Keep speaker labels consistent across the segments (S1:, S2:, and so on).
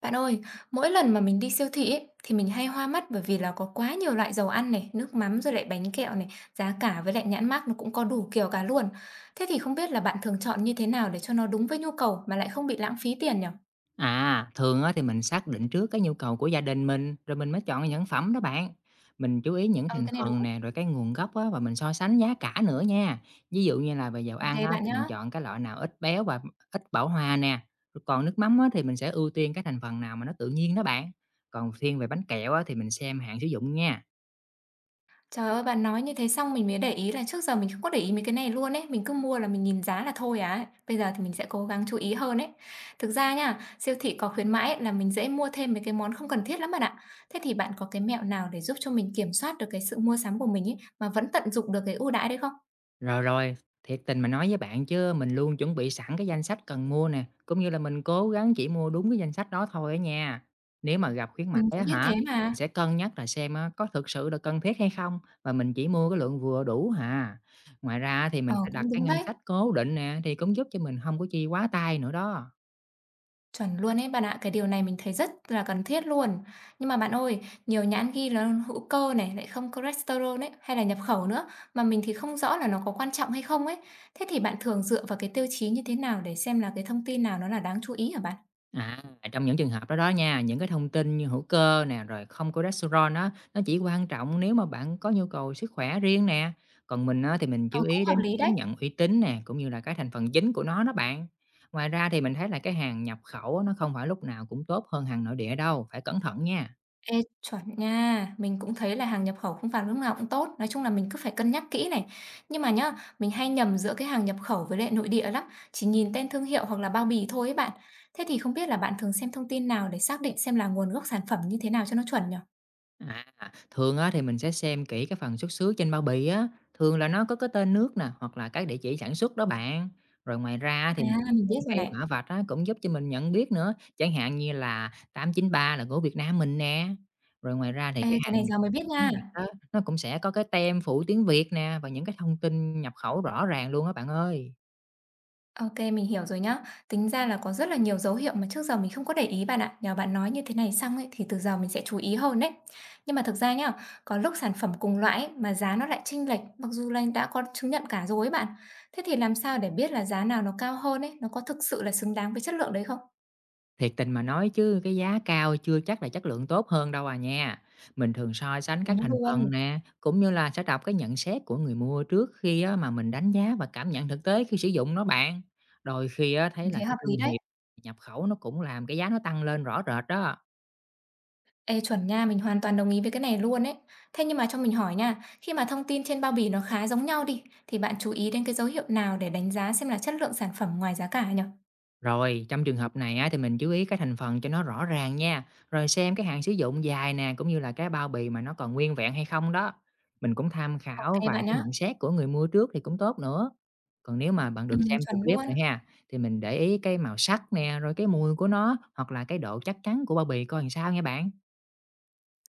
S1: Bạn ơi, mỗi lần mà mình đi siêu thị ấy, thì mình hay hoa mắt bởi vì là có quá nhiều loại dầu ăn này, nước mắm rồi lại bánh kẹo này, giá cả với lại nhãn mác nó cũng có đủ kiểu cả luôn. Thế thì không biết là bạn thường chọn như thế nào để cho nó đúng với nhu cầu mà lại không bị lãng phí tiền nhỉ?
S2: À, thường á thì mình xác định trước cái nhu cầu của gia đình mình, rồi mình mới chọn những phẩm đó bạn. Mình chú ý những
S1: Ừ,
S2: thành
S1: cái này đúng.
S2: phần nè, rồi cái nguồn gốc á, và mình so sánh giá cả nữa nha. Ví dụ như là về dầu
S1: Ok
S2: ăn á,
S1: bạn
S2: thì mình
S1: nhá.
S2: chọn cái loại nào ít béo và ít bão hòa nè. Rồi còn nước mắm á, thì mình sẽ ưu tiên cái thành phần nào mà nó tự nhiên đó bạn. Còn thiên về bánh kẹo á, thì mình xem hạn sử dụng nha.
S1: Trời ơi, bạn nói như thế xong mình mới để ý là trước giờ mình không có để ý mấy cái này luôn ấy, mình cứ mua là mình nhìn giá là thôi à. Bây giờ thì mình sẽ cố gắng chú ý hơn ấy. Thực ra nha, siêu thị có khuyến mãi ấy, là mình dễ mua thêm mấy cái món không cần thiết lắm bạn ạ. Thế thì bạn có cái mẹo nào để giúp cho mình kiểm soát được cái sự mua sắm của mình ấy mà vẫn tận dụng được cái ưu đãi đấy không?
S2: Rồi, thiệt tình mà nói với bạn chứ mình luôn chuẩn bị sẵn cái danh sách cần mua nè, cũng như là mình cố gắng chỉ mua đúng cái danh sách đó thôi á nha. Nếu mà gặp khuyến mãi
S1: Mình
S2: á
S1: cũng biết
S2: hả,
S1: thế
S2: mình
S1: mà.
S2: sẽ cân nhắc là xem á, có thực sự là cần thiết hay không, và mình chỉ mua cái lượng vừa đủ hà. Ngoài ra thì mình
S1: Ờ,
S2: phải đặt
S1: cũng
S2: cái
S1: đúng
S2: ngân
S1: đấy.
S2: sách cố định nè thì cũng giúp cho mình không có chi quá tay nữa đó.
S1: Chuẩn luôn ấy bạn ạ, cái điều này mình thấy rất là cần thiết luôn. Nhưng mà bạn ơi, nhiều nhãn ghi là hữu cơ này, lại không cholesterol ấy, hay là nhập khẩu nữa, mà mình thì không rõ là nó có quan trọng hay không ấy. Thế thì bạn thường dựa vào cái tiêu chí như thế nào để xem là cái thông tin nào nó là đáng chú ý hả bạn?
S2: À, trong những trường hợp đó đó nha, những cái thông tin như hữu cơ nè, rồi không cholesterol á, nó chỉ quan trọng nếu mà bạn có nhu cầu sức khỏe riêng nè. Còn mình á, thì mình
S1: Ờ,
S2: chú
S1: cũng
S2: ý
S1: hợp
S2: đến cái
S1: lý
S2: chứng
S1: đấy.
S2: nhận uy tín nè, cũng như là cái thành phần chính của nó đó bạn. Ngoài ra thì mình thấy là cái hàng nhập khẩu á, nó không phải lúc nào cũng tốt hơn hàng nội địa đâu, phải cẩn thận nha.
S1: Ê, chuẩn nha. Mình cũng thấy là hàng nhập khẩu không phải lúc nào cũng tốt. Nói chung là mình cứ phải cân nhắc kỹ này. Nhưng mà nhá, mình hay nhầm giữa cái hàng nhập khẩu với lại nội địa lắm. Chỉ nhìn tên thương hiệu hoặc là bao bì thôi ấy bạn. Thế thì không biết là bạn thường xem thông tin nào để xác định xem là nguồn gốc sản phẩm như thế nào cho nó chuẩn nhở?
S2: À, thường á thì mình sẽ xem kỹ cái phần xuất xứ trên bao bì á, thường là nó có cái tên nước nè, hoặc là cái địa chỉ sản xuất đó bạn. Rồi ngoài ra thì
S1: À,
S2: mình
S1: mình
S2: xem
S1: biết rồi
S2: cái
S1: này.
S2: mã vạch á cũng giúp cho mình nhận biết nữa, chẳng hạn như là 893 là của Việt Nam mình nè. Rồi ngoài ra thì cái
S1: Ê, cái
S2: hàng
S1: này
S2: nhập
S1: giờ mới biết
S2: tiếng
S1: nha.
S2: Việt á, nó cũng sẽ có cái tem phụ tiếng Việt nè và những cái thông tin nhập khẩu rõ ràng luôn á bạn ơi.
S1: OK, mình hiểu rồi nhá. Tính ra là có rất là nhiều dấu hiệu mà trước giờ mình không có để ý bạn ạ. Nhờ bạn nói như thế này xong ấy, thì từ giờ mình sẽ chú ý hơn đấy. Nhưng mà thực ra nhá, có lúc sản phẩm cùng loại ấy, mà giá nó lại chênh lệch, mặc dù là đã có chứng nhận cả rồi ấy bạn. Thế thì làm sao để biết là giá nào nó cao hơn ấy, nó có thực sự là xứng đáng với chất lượng đấy không?
S2: Thiệt tình mà nói chứ cái giá cao chưa chắc là chất lượng tốt hơn đâu à nha. Mình thường so sánh các
S1: Đúng
S2: thành
S1: luôn,
S2: phần nè, cũng như là sẽ đọc cái nhận xét của người mua trước khi á, mà mình đánh giá và cảm nhận thực tế khi sử dụng nó bạn. Đôi khi á, thấy
S1: mình
S2: là
S1: thấy
S2: cái
S1: hợp lý
S2: thương
S1: đấy.
S2: hiệu nhập khẩu nó cũng làm cái giá nó tăng lên rõ rệt đó.
S1: Ê, chuẩn nha, mình hoàn toàn đồng ý với cái này luôn ấy. Thế nhưng mà cho mình hỏi nha, khi mà thông tin trên bao bì nó khá giống nhau đi, thì bạn chú ý đến cái dấu hiệu nào để đánh giá xem là chất lượng sản phẩm ngoài giá cả nhỉ?
S2: Rồi, trong trường hợp này á, thì mình chú ý cái thành phần cho nó rõ ràng nha, rồi xem cái hạn sử dụng dài nè, cũng như là cái bao bì mà nó còn nguyên vẹn hay không đó. Mình cũng tham
S1: Ô
S2: khảo
S1: kê
S2: vài
S1: bạn
S2: cái
S1: nhá.
S2: nhận xét của người mua trước thì cũng tốt nữa. Còn nếu mà bạn được xem trực
S1: Chuẩn
S2: tiếp
S1: luôn,
S2: nữa ha, thì mình để ý cái màu sắc nè, rồi cái mùi của nó, hoặc là cái độ chắc chắn của bao bì coi làm sao nha bạn.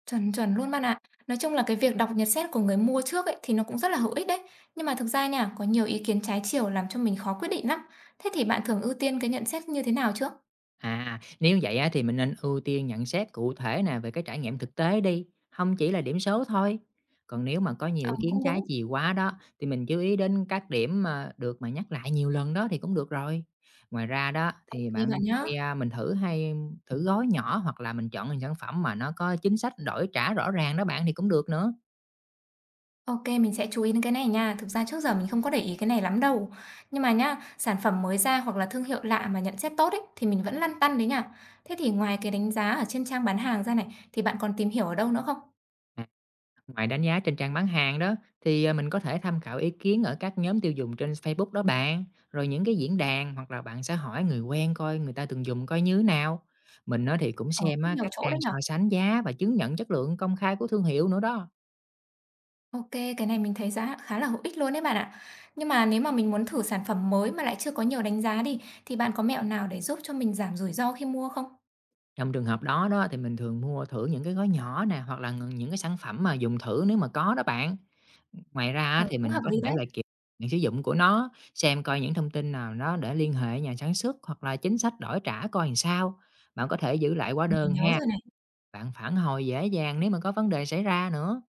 S1: chuẩn, chuẩn luôn bạn ạ. Nói chung là cái việc đọc nhận xét của người mua trước ấy, thì nó cũng rất là hữu ích đấy. Nhưng mà thực ra nha, có nhiều ý kiến trái chiều làm cho mình khó quyết định lắm. Thế thì bạn thường ưu tiên cái nhận xét như thế nào trước?
S2: À, nếu vậy á, thì mình nên ưu tiên nhận xét cụ thể nè về cái trải nghiệm thực tế đi, không chỉ là điểm số thôi. Còn nếu mà có nhiều
S1: Ờ,
S2: ý kiến
S1: cũng
S2: trái
S1: đúng.
S2: chiều quá đó, thì mình chú ý đến các điểm mà được mà nhắc lại nhiều lần đó thì cũng được rồi. Ngoài ra đó
S1: Ô
S2: thì
S1: kê
S2: bạn
S1: bạn nhá.
S2: thì, à, mình thử hay thử gói nhỏ, hoặc là mình chọn những sản phẩm mà nó có chính sách đổi trả rõ ràng đó bạn thì cũng được nữa.
S1: Ô kê, mình sẽ chú ý đến cái này nha. Thực ra trước giờ mình không có để ý cái này lắm đâu. Nhưng mà nhá, sản phẩm mới ra hoặc là thương hiệu lạ mà nhận xét tốt ấy, thì mình vẫn lăn tăn đấy nha. Thế thì ngoài cái đánh giá ở trên trang bán hàng ra này, thì bạn còn tìm hiểu ở đâu nữa không?
S2: Ngoài đánh giá trên trang bán hàng đó thì, mình có thể tham khảo ý kiến ở các nhóm tiêu dùng trên Facebook đó bạn, rồi những cái diễn đàn, hoặc là bạn sẽ hỏi người quen coi người ta từng dùng coi như thế nào. Mình á thì cũng
S1: Ờ,
S2: xem
S1: cũng
S2: á
S1: nhiều
S2: các
S1: chỗ
S2: trang
S1: đấy nhỉ?
S2: so sánh giá và chứng nhận chất lượng công khai của thương hiệu nữa đó.
S1: OK, cái này mình thấy giá khá là hữu ích luôn đấy bạn ạ. Nhưng mà nếu mà mình muốn thử sản phẩm mới mà lại chưa có nhiều đánh giá đi, thì bạn có mẹo nào để giúp cho mình giảm rủi ro khi mua không?
S2: Trong trường hợp đó đó thì mình thường mua thử những cái gói nhỏ nè, hoặc là những cái sản phẩm mà dùng thử nếu mà có đó bạn. Ngoài ra á
S1: Ừ,
S2: thì
S1: cũng
S2: mình
S1: hợp
S2: có
S1: lý
S2: thể
S1: đấy,
S2: là kiểm hạn sử dụng của nó, xem coi những thông tin nào nó để liên hệ nhà sản xuất hoặc là chính sách đổi trả coi làm sao. Bạn có thể giữ lại hóa
S1: mình
S2: đơn
S1: nhớ
S2: ha,
S1: rồi này.
S2: bạn phản hồi dễ dàng nếu mà có vấn đề xảy ra nữa.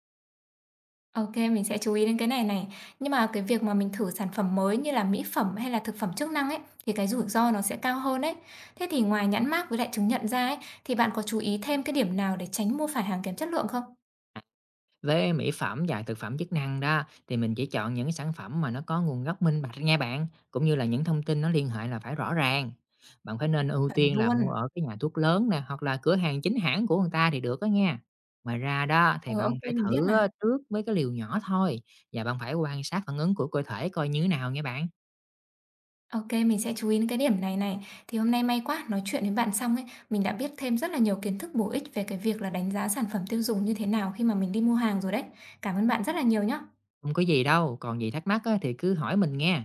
S1: OK, mình sẽ chú ý đến cái này này. Nhưng mà cái việc mà mình thử sản phẩm mới như là mỹ phẩm hay là thực phẩm chức năng ấy, thì cái rủi ro nó sẽ cao hơn đấy. Thế thì ngoài nhãn mác với lại chứng nhận ra ấy, thì bạn có chú ý thêm cái điểm nào để tránh mua phải hàng kém chất lượng không?
S2: Với mỹ phẩm và thực phẩm chức năng đó, thì mình chỉ chọn những cái sản phẩm mà nó có nguồn gốc minh bạch nha bạn, cũng như là những thông tin nó liên hệ là phải rõ ràng. Bạn phải nên ưu
S1: Chuẩn
S2: tiên là
S1: luôn.
S2: mua ở cái nhà thuốc lớn nè, hoặc là cửa hàng chính hãng của người ta thì được đó nha. Ngoài ra đó thì
S1: Ừ,
S2: bạn
S1: OK,
S2: phải
S1: mình biết
S2: thử á,
S1: mà.
S2: trước với cái liều nhỏ thôi, và bạn phải quan sát phản ứng của cơ thể coi như thế nào nha bạn.
S1: OK, mình sẽ chú ý đến cái điểm này này. Thì hôm nay may quá, nói chuyện với bạn xong ấy, mình đã biết thêm rất là nhiều kiến thức bổ ích về cái việc là đánh giá sản phẩm tiêu dùng như thế nào khi mà mình đi mua hàng rồi đấy. Cảm ơn bạn rất là nhiều nhá.
S2: Không có gì đâu, còn gì thắc mắc á, thì cứ hỏi mình nghe.